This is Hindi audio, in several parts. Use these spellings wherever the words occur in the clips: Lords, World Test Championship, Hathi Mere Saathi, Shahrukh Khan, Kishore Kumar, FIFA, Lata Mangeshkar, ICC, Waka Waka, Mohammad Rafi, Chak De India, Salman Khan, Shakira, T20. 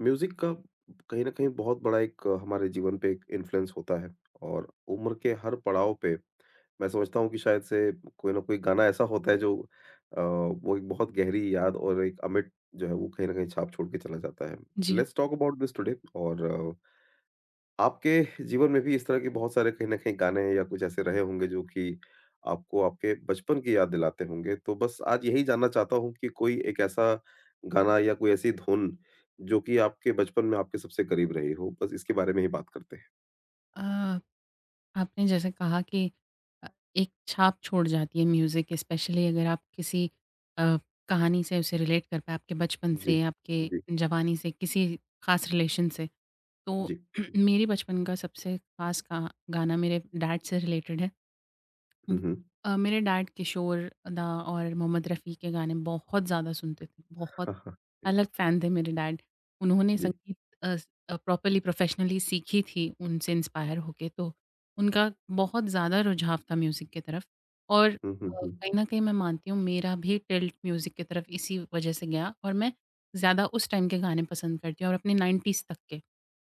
म्यूज़िक का कहीं न कहीं बहुत बड़ा एक हमारे जीवन पे एक इन्फ्लुएंस होता है और उम्र के हर पड़ाव पे मैं समझता हूँ कि शायद से कोई ना कोई गाना ऐसा होता है जो वो एक बहुत गहरी याद और एक अमिट जो है वो कहीं न कहीं छाप छोड़ के चला जाता है। जी। Let's talk about this today और आपके जीवन में भी इस तरह के बहुत सारे कहीं न कहीं गाने या कुछ ऐसे रहे होंगे जो कि आपको आपके बचपन की याद दिलाते होंगे। तो बस आज यही जानना चाहता हूँ कि कोई एक ऐसा गाना या कोई ऐसी धुन जो कि आपके बचपन में आपके सबसे करीब रही हो? बस इसके बारे में ही बात करते हैं। अ, आपने जैसे कहा कि अ, एक छाप छोड़ जाती है म्यूज़िक स्पेशली अगर आप किसी अ, कहानी से उसे रिलेट कर पाएँ, आपके बचपन जी, से, आपके जी, जवानी से, किसी ख़ास रिलेशन से। तो जी, जी। मेरे बचपन का सबसे ख़ास का गाना मेरे डैड से रिलेटेड है। हुँ, हुँ। मेरे डैड किशोर दा और मोहम्मद रफ़ी के गाने बहुत ज़्यादा सुनते थे, बहुत हाँ, हाँ। जी, अलग फ़ैन थे मेरे डैड। उन्होंने जी। संगीत प्रॉपरली प्रोफ़ेशनली सीखी थी उनसे इंस्पायर होके, तो उनका बहुत ज़्यादा रुझाव था म्यूज़िक की तरफ और हुँ, हुँ, हुँ। कहीं न कहीं मैं मानती हूँ मेरा भी टिल्ट म्यूज़िक की तरफ इसी वजह से गया और मैं ज़्यादा उस टाइम के गाने पसंद करती हूँ और अपने 90s तक के।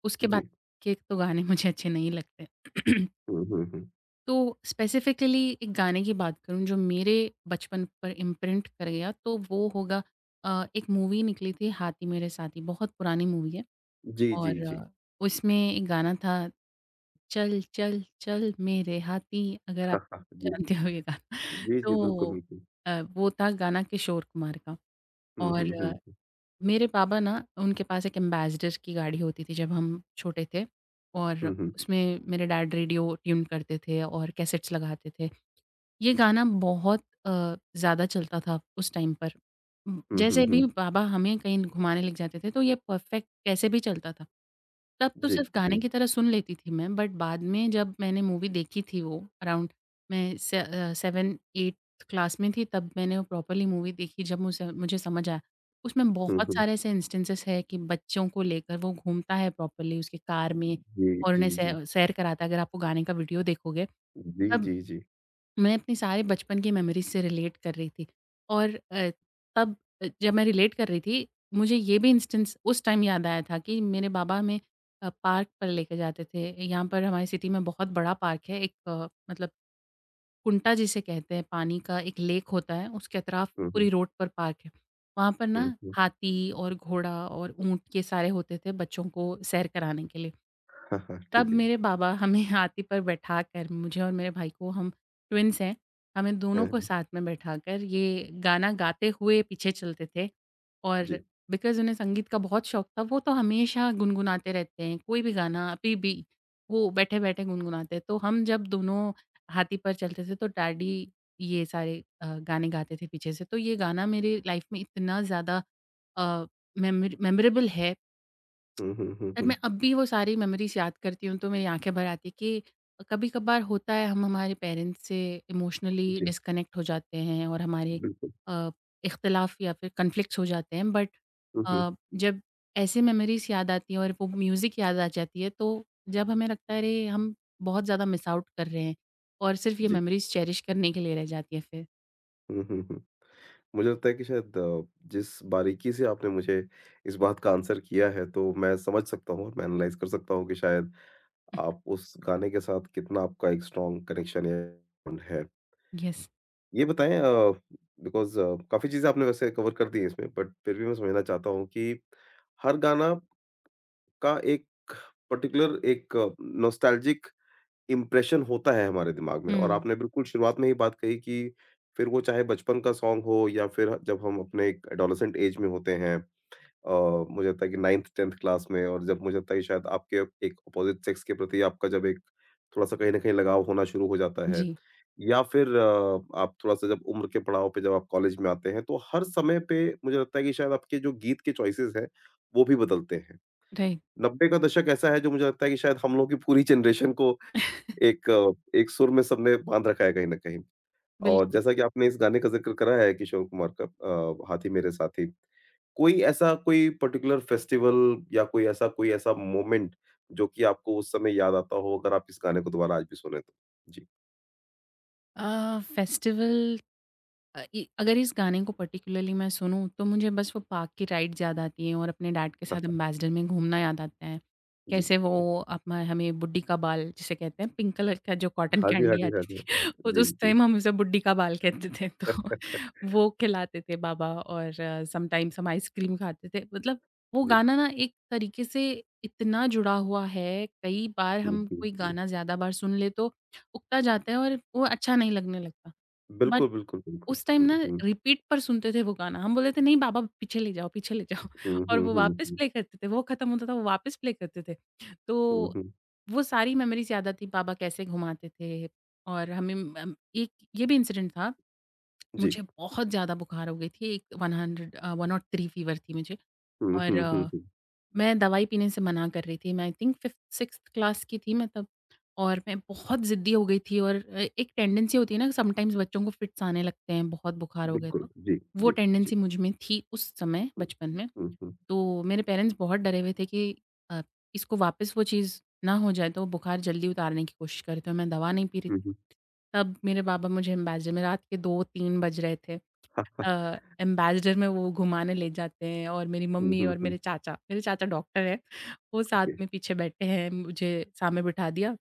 उसके बाद जी। के तो गाने मुझे अच्छे नहीं लगते। हुँ, हुँ, हुँ। तो स्पेसिफ़िकली एक गाने की बात करूँ जो मेरे बचपन पर इम्प्रिंट कर गया तो वो होगा एक मूवी निकली थी हाथी मेरे साथी बहुत पुरानी मूवी है जी, जी, और जी। उसमें एक गाना था चल चल चल मेरे हाथी अगर हाँ, आप हाँ। जी। जानते हो ये गाना जी, जी, बिल्कुल, तो बिल्कुल। वो था गाना किशोर कुमार का हुँ, हुँ, और हुँ। मेरे पापा ना उनके पास एक एम्बेसडर की गाड़ी होती थी जब हम छोटे थे और हुँ, हुँ। उसमें मेरे डैड रेडियो ट्यून करते थे और कैसेट्स लगाते थे ये गाना बहुत ज़्यादा चलता था उस टाइम पर। हुँ, हुँ, जैसे भी हुँ। बाबा हमें कहीं घुमाने लेके जाते थे तो ये परफेक्ट कैसे भी चलता था। तब तो जी, सिर्फ़ गाने की जी। तरह सुन लेती थी मैं बट बाद में जब मैंने मूवी देखी थी वो अराउंड मैं से 7-8th क्लास में थी तब मैंने वो प्रॉपरली मूवी देखी जब मुझे मुझे समझ आया। उसमें हुँ, बहुत हुँ। सारे ऐसे इंस्टेंसेस हैं कि बच्चों को लेकर वो घूमता है प्रॉपरली उसकी कार में जी, और जी, उन्हें जी। सै सैर कराता है। अगर आप वो गाने का वीडियो देखोगे जी, तब जी, जी। मैं अपनी सारे बचपन की मेमोरीज़ से रिलेट कर रही थी और तब जब मैं रिलेट कर रही थी, मुझे ये भी इंस्टेंस उस टाइम याद आया था कि मेरे बाबा हमें पार्क पर लेके जाते थे। यहाँ पर हमारी सिटी में बहुत बड़ा पार्क है, एक मतलब कुंटा जिसे कहते हैं, पानी का एक लेक होता है, उसके अतराफ हुँ, पूरी हुँ। रोड पर पार्क है। वहाँ पर ना हुँ, हुँ। हाथी और घोड़ा और ऊँट ये सारे होते थे बच्चों को सैर कराने के लिए। हाँ, हाँ, तब ठीक है। मेरे बाबा हमें हाथी पर बैठा कर मुझे और मेरे भाई को हम ट्विन्स हैं, हमें जी, हाँ, दोनों को हाँ। साथ में बैठा कर ये गाना गाते हुए पीछे चलते थे और जी। बिकॉज़ उन्हें संगीत का बहुत शौक था, वो तो हमेशा गुनगुनाते रहते हैं, कोई भी गाना अभी भी, वो बैठे-बैठे गुनगुनाते हैं। तो हम जब दोनों हाथी पर चलते थे तो डैडी ये सारे गाने गाते थे पीछे से, तो ये गाना मेरे लाइफ़ में इतना ज़्यादा अ, मेमोरेबल है। हुँ, हुँ, हुँ, पर हुँ। मैं अब भी वो सारी मेमोरीज़ याद करती हूँ तो मेरी आँखें भर आती है कि कभी-कभार होता है हम हमारे पेरेंट्स से इमोशनली जी, डिस्कनेक्ट हो जाते हैं और हमारे बिल्कुल। अ, इख्तिलाफ़ या फिर कॉन्फ्लिक्ट्स हो जाते हैं बट हुँ, हुँ। जब ऐसी मेमोरीज़ याद आती हैं और वो म्यूज़िक याद आ जाती है तो जब हमें लगता है अरे हम बहुत ज़्यादा मिस आउट कर रहे हैं और सिर्फ़ ये जी। मेमोरीज़ चेरिश करने के लिए रह जाती है फिर। हुँ, हुँ, हुँ। मुझे लगता है कि शायद जिस बारीकी से आपने मुझे इस बात का आंसर किया है, तो मैं समझ सकता हूँ और मैं एनालाइज़ कर सकता हूँ कि शायद आप उस गाने के साथ कितना आपका एक स्ट्रॉन्ग कनेक्शन या बॉन्ड है। यस। ये बताएँ बिकॉज़ काफ़ी चीज़ें आपने वैसे कवर कर दी हैं इसमें, बट फिर भी मैं समझना चाहता हूँ कि हर गाना का एक पर्टिकुलर एक नॉस्टैल्जिक इम्प्रेशन होता है हमारे दिमाग में और हुँ। आपने बिल्कुल शुरुआत में ही बात कही कि फिर वो चाहे बचपन का सॉन्ग हो या फिर जब हम अपने एक एडोलेसेंट एज में होते हैं। मुझे लगता है कि 9th 10th क्लास में और जब मुझे लगता है कि शायद आपके एक अपोजिट सेक्स के प्रति आपका जब एक थोड़ा-सा कहीं न कहीं लगाव होना शुरू हो जाता है जी, या फिर आप थोड़ा-सा जब उम्र के पड़ाव पे जब आप कॉलेज में आते हैं, तो हर समय पे मुझे लगता है कि शायद आपके जो गीत के चॉइसेस हैं, वो भी बदलते हैं। राइट। 90 का दशक ऐसा है जो मुझे लगता है कि शायद हम लोगों की पूरी जनरेशन को एक एक सुर में सबने बाँध रखा है कहीं न कहीं। और बिल्कुल। जैसा कि आपने इस गाने का ज़िक्र करा है किशोर कुमार का, हाथी मेरे साथी। कोई ऐसा कोई पर्टिकुलर फेस्टिवल या कोई ऐसा मोमेंट जो कि आपको उस समय याद आता हो अगर आप इस गाने को दोबारा आज भी सुने तो? जी। फेस्टिवल अ, इ अगर इस गाने को पर्टिकुलरली मैं सुनूँ, तो मुझे बस वो पार्क की राइड्स याद आती हैं और अपने डैड के हाँ, साथ हाँ। एम्बेसडर में घूमना याद आता है। जी, कैसे वो जी। अपना हमें बुड्ढी का बाल जिसे कहते हैं, पिंक कलर का जो कॉटन हाँ जी, हाँ कैंडी जी, हाँ आती जी। थी, उत जी, उस जी। टाइम हम उसे बुड्ढी का बाल कहते थे, तो वो खिलाते थे बाबा और समटाइम्स हम आइसक्रीम खाते थे। मतलब वो जी। गाना ना एक तरीके से इतना जुड़ा हुआ है, कई बार हुँ, हम हुँ, कोई हुँ। गाना ज़्यादा बार सुन लें, तो उगता जाता है और वो अच्छा नहीं लगने लगता। बिल्कुल, बिल्कुल, बिल्कुल। उस टाइम ना हुँ, हुँ। रिपीट पर सुनते थे वो गाना। हम बोले थे नहीं बाबा पीछे ले जाओ हुँ, और हुँ, वो हुँ, वापस हुँ। प्ले करते थे। वो खत्म होता था, वो वापस प्ले करते थे। तो हुँ, हुँ। वो सारी मेमोरीज़ याद आती, बाबा कैसे घुमाते थे और हमें एक ये भी इंसिडेंट था, जी। मुझे बहुत ज़्यादा बुखार हो गई थी। एक 103 फीवर थी मुझे हुँ, और हुँ, हुँ, हुँ। मैं दवाई पीने से मना कर रही थी। मैं आई थिंक 5th-6th क्लास की थी मैं तब और मैं बहुत ज़िद्दी हो गई थी और एक टेंडेंसी होती है ना समटाइम्स बच्चों को फिट्स आने लगते हैं बहुत बुखार हो गए बिल्कुल, तो। जी, वो जी, जी। टेंडेंसी मुझ में थी उस समय हुँ, बचपन में। हुँ, हुँ, तो मेरे पेरेंट्स बहुत डरे हुए थे कि अ, इसको वापस वो चीज़ ना हो जाए तो बुखार जल्दी उतारने की कोशिश करे तो मैं दवा नहीं पी रही थी। हुँ, हुँ। तब मेरे बाबा मुझे एम्बेसडर में रात के 2-3 बज रहे थे। एम्बेसडर में वो घुमाने ले जाते हैं और मेरी हुँ, मम्मी हुँ, और हुँ, मेरे चाचा डॉक्टर हैं। वो साथ ओके, में पीछे बैठे हैं, मुझे सामने बिठा दिया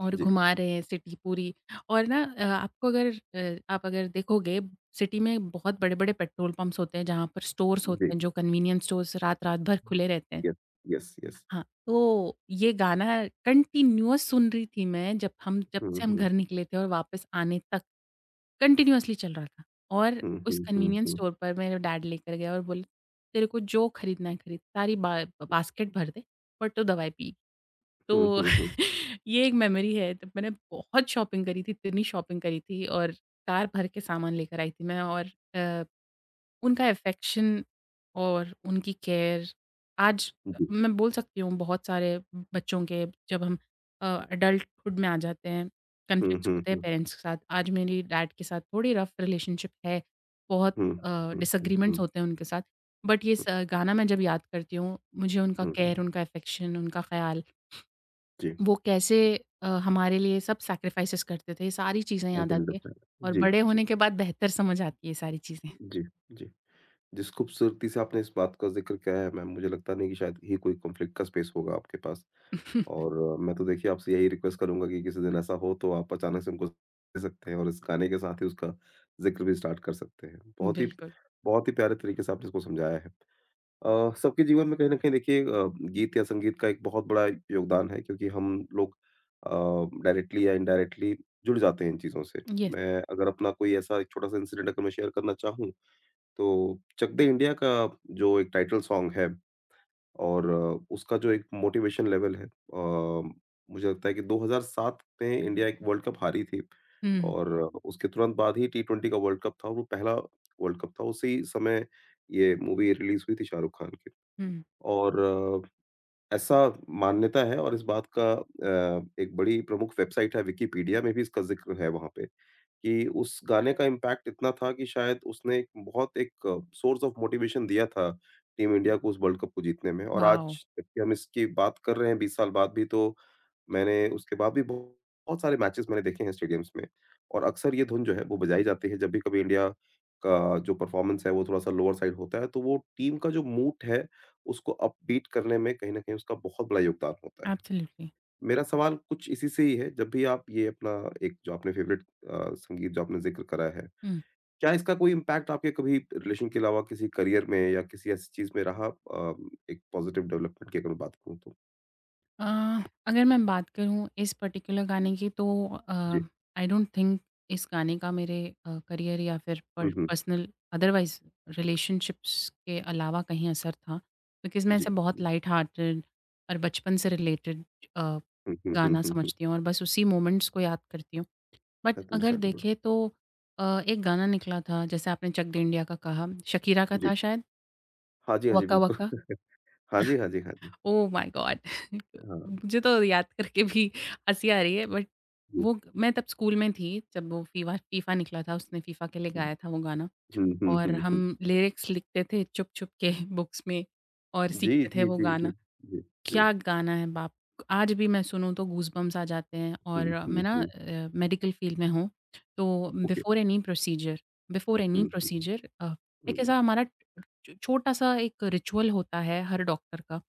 और जी, घुमा रहे हैं सिटी पूरी और ना अ, आपको अगर अ, आप अगर देखोगे सिटी में बहुत बड़े-बड़े पेट्रोल पंप्स होते हैं, जहाँ पर स्टोर्स जी, होते हैं, जो कन्वीनियंस स्टोर्स रात-रात भर खुले रहते हैं। जी, यस, यस, यस। हाँ, तो ये गाना कंटीन्यूअस सुन रही थी मैं जब हुँ, से हम हुँ, घर निकले थे और वापस आने तक कंटीन्यूअसली चल रहा था और हुँ, उस हुँ, कन्वीनियंस हुँ, स्टोर पर मेरा डैड लेकर गया और बोले, "तेरे को जो खरीदना है खरीद, सारी बा बास्केट भर दे, पर तू दवाई पी।" हुँ, हुँ, तो हुँ, हुँ, ये एक मेमोरी है। तब मैंने बहुत शॉपिंग करी थी, इतनी शॉपिंग करी थी और कार भर के सामान लेकर आई थी मैं और अ, उनका अफ़ेक्शन और उनकी केयर आज जी, मैं बोल सकती हूँ बहुत सारे बच्चों के जब हम एडल्टहुड में आ जाते हैं, हुँ, कॉन्फ्लिक्ट्स हुँ, होते हैं हुँ, पेरेंट्स के साथ। आज मेरी डैड के साथ थोड़ी रफ़ रिलेशनशिप है, बहुत हुँ, हुँ, हुँ, हुँ, डिसएग्रीमेंट्स होते हैं उनके साथ। बट ये स गाना मैं जब याद करती हूँ, मुझे उनका हुँ, हुँ, केयर, उनका अफ़ेक्शन, उनका ख़्याल जी, वो कैसे हमारे लिए सब सैक्रिफाइसेस करते थे, ये सारी चीज़ें आई याद कैन आती हैं अंडरस्टैंड। और जी, बड़े जी, होने के बाद बेहतर समझ आती है ये सारी चीज़ें। जी, जी। जिस खूबसूरती से आपने इस बात का ज़िक्र किया है मैम, मुझे लगता नहीं कि शायद ही कोई कॉन्फ्लिक्ट का स्पेस होगा आपके पास। और मैं तो देखिए आपसे यही रिक्वेस्ट करूँगा कि किसी दिन ऐसा हो तो आप अचानक से उनको दे सकते हैं और इस गाने के साथ ही उसका ज़िक्र भी स्टार्ट कर सकते हैं। बिल्कुल, बहुत ही प्यारे तरीके से आपने इसको समझाया है। सबके जीवन में कहीं न कहीं देखिए, गीत या संगीत का एक बहुत बड़ा योगदान है क्योंकि हम लोग अ, डायरेक्टली या इनडायरेक्टली जुड़ जाते हैं इन चीज़ों से। येस। मैं अगर अपना कोई ऐसा एक छोटा-सा इंसिडेंट अगर मैं शेयर करना चाहूँ, तो चक दे इंडिया का जो एक टाइटल सॉन्ग है और उसका जो एक मोटिवेशन लेवल है, मुझे लगता है कि 2007 में इंडिया एक वर्ल्ड कप हारी थी हुँ, और उसके तुरंत बाद ही टी ट्वेंटी का वर्ल्ड कप था और वो पहला वर्ल्ड कप था। उसी समय ये मूवी रिलीज़ हुई थी शाहरुख खान की। हुँ। और ऐसा मान्यता है और इस बात का, एक बड़ी प्रमुख वेबसाइट है विकिपीडिया, में भी इसका ज़िक्र है वहाँ पे। कि उस गाने का इम्पैक्ट इतना था कि शायद उसने एक बहुत एक सोर्स ऑफ मोटिवेशन दिया था टीम इंडिया को उस वर्ल्ड कप को जीतने में। और आज वॉव! जबकि हम इसकी बात कर रहे हैं 20 साल बाद भी, तो मैंने उसके बाद भी बहुत बहुत सारे मैचेस मैंने देखे हैं स्टेडियम्स में और अक्सर ये धुन जो है वो बजाई जाती है जब भी कभी इंडिया का जो परफॉर्मेंस है वो थोड़ा-सा लोअर साइड होता है, तो वो टीम का जो मूड है उसको अपबीट करने में कहीं न कहीं उसका बहुत बड़ा योगदान होता है। एब्सोल्युटली। मेरा सवाल कुछ इसी से ही है, जब भी आप ये अपना एक जो आपने फ़ेवरेट संगीत जो आपने ज़िक्र करा है, हुँ। क्या इसका कोई इम्पैक्ट आपके कभी रिलेशन के अलावा किसी करियर में या किसी ऐसी चीज़ में रहा, एक पॉज़िटिव डेवलपमेंट की अगर मैं बात करूँ तो? अ, अगर मैं बात करूँ इस पर्टिकुलर गाने की तो जी। आई डोंट थिंक इस गाने का मेरे करियर या फिर हुँ, हुँ। पर्सनल अदरवाइज रिलेशनशिप्स के अलावा कहीं असर था बिकॉज़ मैं इसे जी, बहुत जी। लाइट हार्टेड और बचपन से रिलेटेड हुँ, हुँ, हुँ, गाना हुँ, हुँ। समझती हूँ और बस उसी मोमेंट्स को याद करती हूँ। बट दैट्स अगर अंडरस्टैंडेबल। देखें तो एक गाना निकला था जैसे आपने चक दे इंडिया का कहा, शकीरा का जी। था शायद, हाँ जी, हाँ जी, वका बिल्कुल। वका। हाँ जी, हाँ जी, हाँ जी। Oh my God! हाँ, मुझे तो याद करके भी हँसी आ रही है बट जी। वो मैं तब स्कूल में थी जब वो फीवा फीफा निकला था, उसने फीफा के लिए हुँ, गाया था वो गाना हुँ, हुँ, और हुँ, हम हुँ। लिरिक्स लिखते थे छुप-छुप के बुक्स में और जी, सीखते थे जी, वो जी, जी। गाना। जी, जी। क्या गाना है बाप! आज भी मैं सुनूँ तो गूज़बम्प्स आ जाते हैं और हुँ, मैं हुँ, ना हुँ। मेडिकल फील्ड में हूँ, तो okay. Before any procedure before hmm, any hmm, hmm. Procedure uh, hmm, एक हुँ। ऐसा हमारा छोटा-सा एक रिचुअल होता है हर डॉक्टर का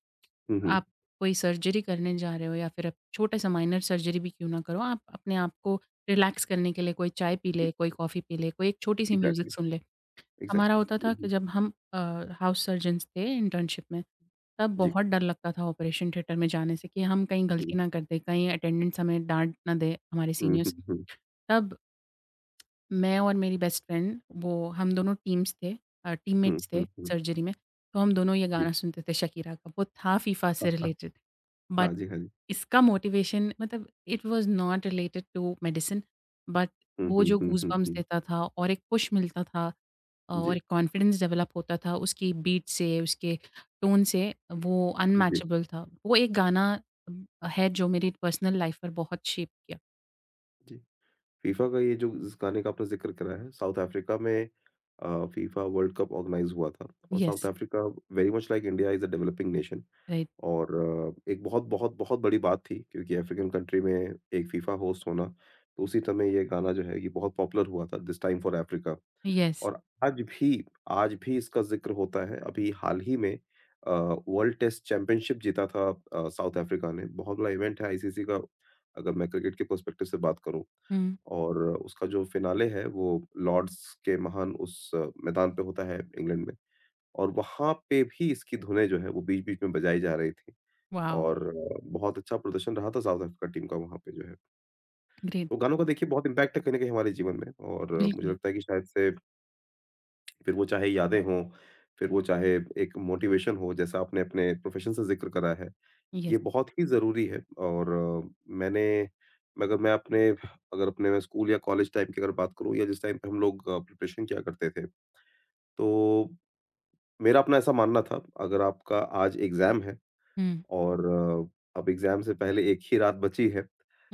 हुँ, हुँ। आप कोई सर्जरी करने जा रहे हो या फिर आप छोटा सा माइनर सर्जरी भी क्यों ना करो, आप अपने आप को रिलैक्स करने के लिए कोई चाय पी इ ले, कोई कॉफ़ी पी ले, कोई एक छोटी-सी एक्ज़ैक्टली, म्यूज़िक सुन ले। हमारा एक्ज़ैक्टली। होता था हुँ, हुँ। कि जब हम हाउस सर्जन्स थे इंटर्नशिप में, तब जी। बहुत डर लगता था ऑपरेशन थिएटर में जाने से कि हम कहीं हुँ। गलती ना कर दें, कहीं अटेंडेंट्स हमें डाँट ना दे हमारे हुँ, सीनियर्स। हुँ, हुँ। तब मैं और मेरी बेस्ट फ्रेंड वो हम दोनों टीम्स थे हुँ, टीममेट्स हुँ, थे हुँ। सर्जरी में, तो हम दोनों ये जी। गाना सुनते थे शकीरा का, वो था फीफा हाँ से हाँ, रिलेटेड। बट हाँ जी, हाँ जी। इसका मोटिवेशन मतलब it was not related to medicine but हुँ, वो हुँ, जो हुँ, हुँ, गूज़बम्प्स हुँ। देता था और एक पुश मिलता था और जी, एक कॉन्फिडेंस डेवलप होता था उसकी बीट से, उसके टोन से, वो जी, अनमैचेबल था। वो एक गाना अम, है जो मेरी पर्सनल लाइफ़ पर बहुत शेप किया। जी। फीफा का ये जो जिस गाने का आपने ज़िक्र करा है, साउथ अफ्रीका में फीफा वर्ल्ड कप आर्गनाइज़ हुआ था और South yes, Africa very much like India is a developing nation. Right, और एक बहुत, बहुत, बहुत बड़ी बात थी क्योंकि अफ्रीकन कंट्री में एक फीफा होस्ट होना, तो उसी समय ये गाना जो है ये बहुत पॉपुलर हुआ था, this time for Africa. Yes. और आज भी इसका ज़िक्र होता है। अभी हाल ही में अ, वर्ल्ड टेस्ट चैंपियनशिप जीता था साउथ अफ्रीका ने। बहुत बड़ा इवेंट है आईसीसी का अगर मैं क्रिकेट के पर्सपेक्टिव से बात करूँ। हुँ, और उसका जो फ़िनाले है वो लॉर्ड्स के महान उस, मैदान पे होता है इंग्लैंड में और वहाँ पे भी इसकी धुनें जो है वो बीच-बीच में बजाई जा रही थी। वाओ! और बहुत अच्छा प्रदर्शन रहा था साउथ अफ्रीका टीम का वहाँ पे जो है। ग्रेट, तो गानों का देखिए बहुत इम्पैक्ट है कहीं न कहीं हमारे जीवन में और मुझे बिल्कुल, लगता है कि शायद से फिर वो चाहे यादें हों, फिर वो चाहे एक मोटिवेशन हो जैसा आपने अपने प्रोफ़ेशन से ज़िक्र करा है, ये येस। बहुत ही ज़रूरी है। और मैंने अगर मैं अपने अगर अपने मैं स्कूल या कॉलेज टाइम की अगर बात करूँ या जिस टाइम पे हम लोग प्रिपरेशन किया करते थे, तो मेरा अपना ऐसा मानना था अगर आपका आज एग्ज़ाम है हुँ, और अब एग्ज़ाम से पहले 1 ही रात बची है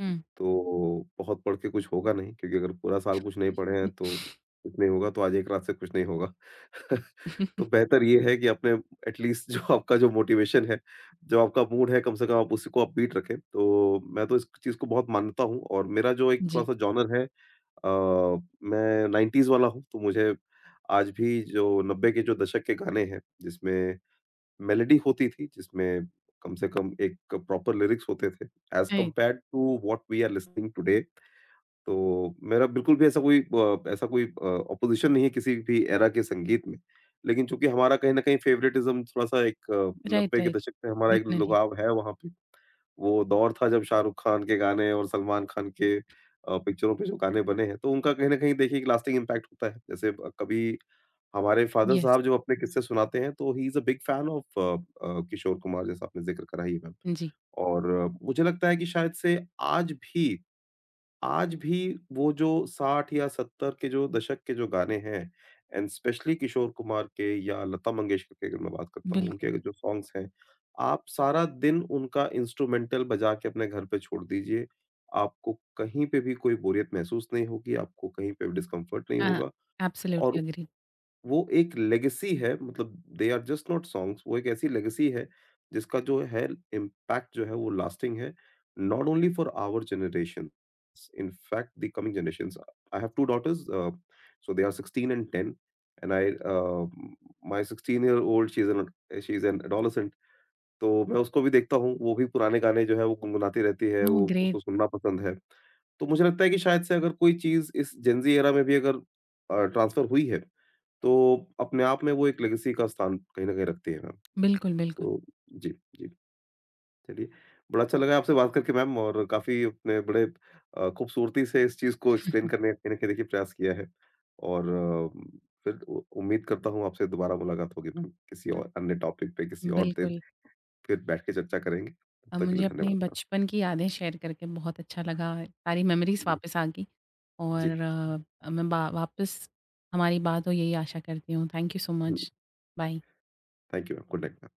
हुँ। तो बहुत पढ़ के कुछ होगा नहीं क्योंकि अगर पूरा साल कुछ नहीं पढ़े हैं तो कुछ नहीं होगा, तो आज एक रात से कुछ नहीं होगा। तो बेहतर ये है कि अपने एटलीस्ट जो आपका जो मोटिवेशन है, जो आपका मूड है, कम से कम आप उसी को अपबीट रखें। तो मैं तो इस चीज़ को बहुत मानता हूँ और मेरा जो एक जी। थोड़ा-सा जॉनर है, अ, मैं 90s वाला हूँ, तो मुझे आज भी जो 90 के जो दशक के गाने हैं, जिसमें मेलोडी होती थी, जिसमें कम से कम एक प्रॉपर लिरिक्स होते थे, as right, compared to what we are listening today, तो मेरा बिल्कुल भी ऐसा कोई ऑपोज़िशन नहीं है किसी भी एरा के संगीत में। लेकिन चूँकि हमारा कहीं न कहीं फ़ेवरेटिज़्म थोड़ा-सा एक राइट, 90 के राइट। दशक में हमारा एक डेफिनिटली। लगाव है वहाँ पे। वो दौर था जब शाहरुख खान के गाने और सलमान खान के, पिक्चरों पे जो गाने बने हैं, तो उनका कहीं न कहीं देखिए एक लास्टिंग इम्पैक्ट होता है। जैसे कभी हमारे फादर येस। साहब जब अपने किस्से सुनाते हैं तो ही is a big fan of a Kishore Kumar, जैसा आपने ज़िक्र करा ही है मैम। जी। और मुझे लगता है कि शायद से आज भी आज भी वो जो 60 या 70 के जो दशक के जो गाने हैं एंड स्पेशली किशोर कुमार के या लता मंगेशकर की अगर मैं बात करता हूँ, बिल्कुल। उनके जो सॉन्ग्स हैं, आप सारा दिन उनका इंस्ट्रूमेंटल बजा के अपने घर पे छोड़ दीजिए। आपको कहीं पे भी कोई बोरियत महसूस नहीं होगी, आपको कहीं पे भी डिस्कम्फर्ट नहीं हाँ, होगा। एब्सोल्युटली और एग्री। वो एक लेगेसी है, मतलब they are just not songs, वो एक ऐसी लेगेसी है जिसका जो है इम्पैक्ट जो है वो लास्टिंग है not only for our generation, in fact the coming generation. I have two daughters, so they are 16 and 10 and I, my 16 year old she is an adolescent, तो मैं उसको भी देखता हूँ वो भी पुराने गाने जो है वो गुनगुनाती रहती है, ओह वो उसको ग्रेट! सुनना पसंद है। तो मुझे लगता है कि शायद से अगर कोई चीज इस जेंजी एरा में भी अगर ट्रांसफर हुई है तो अपने आप में वो एक लेगेसी का स्थान कहीं न कहीं रखती है मैम। बिल्कुल, बिल्कुल। तो जी, जी। चलिए, बड़ा अच्छा लगा आपसे बात करके मैम, और काफ़ी अपने बड़े, खूबसूरती से इस चीज़ को एक्सप्लेन करने का कहीं न कहीं देखिए प्रयास किया है। और फिर उ उम्मीद करता हूँ आपसे दोबारा मुलाकात होगी मैम, किसी अ, और अन्य टॉपिक पे किसी और दिन बिल्कुल। फिर बैठ के चर्चा करेंगे। तब तक के लिए मुझे अपनी धन्यवाद मैम। बचपन की यादें शेयर करके बहुत अच्छा लगा, सारी मेमोरीज़ जी, वापस आ गई जी। और अ, मैं बा वापस हमारी बात हो यही आशा करती हूँ। Thank you so hmm, much. Bye. Thank you ma'am, good night.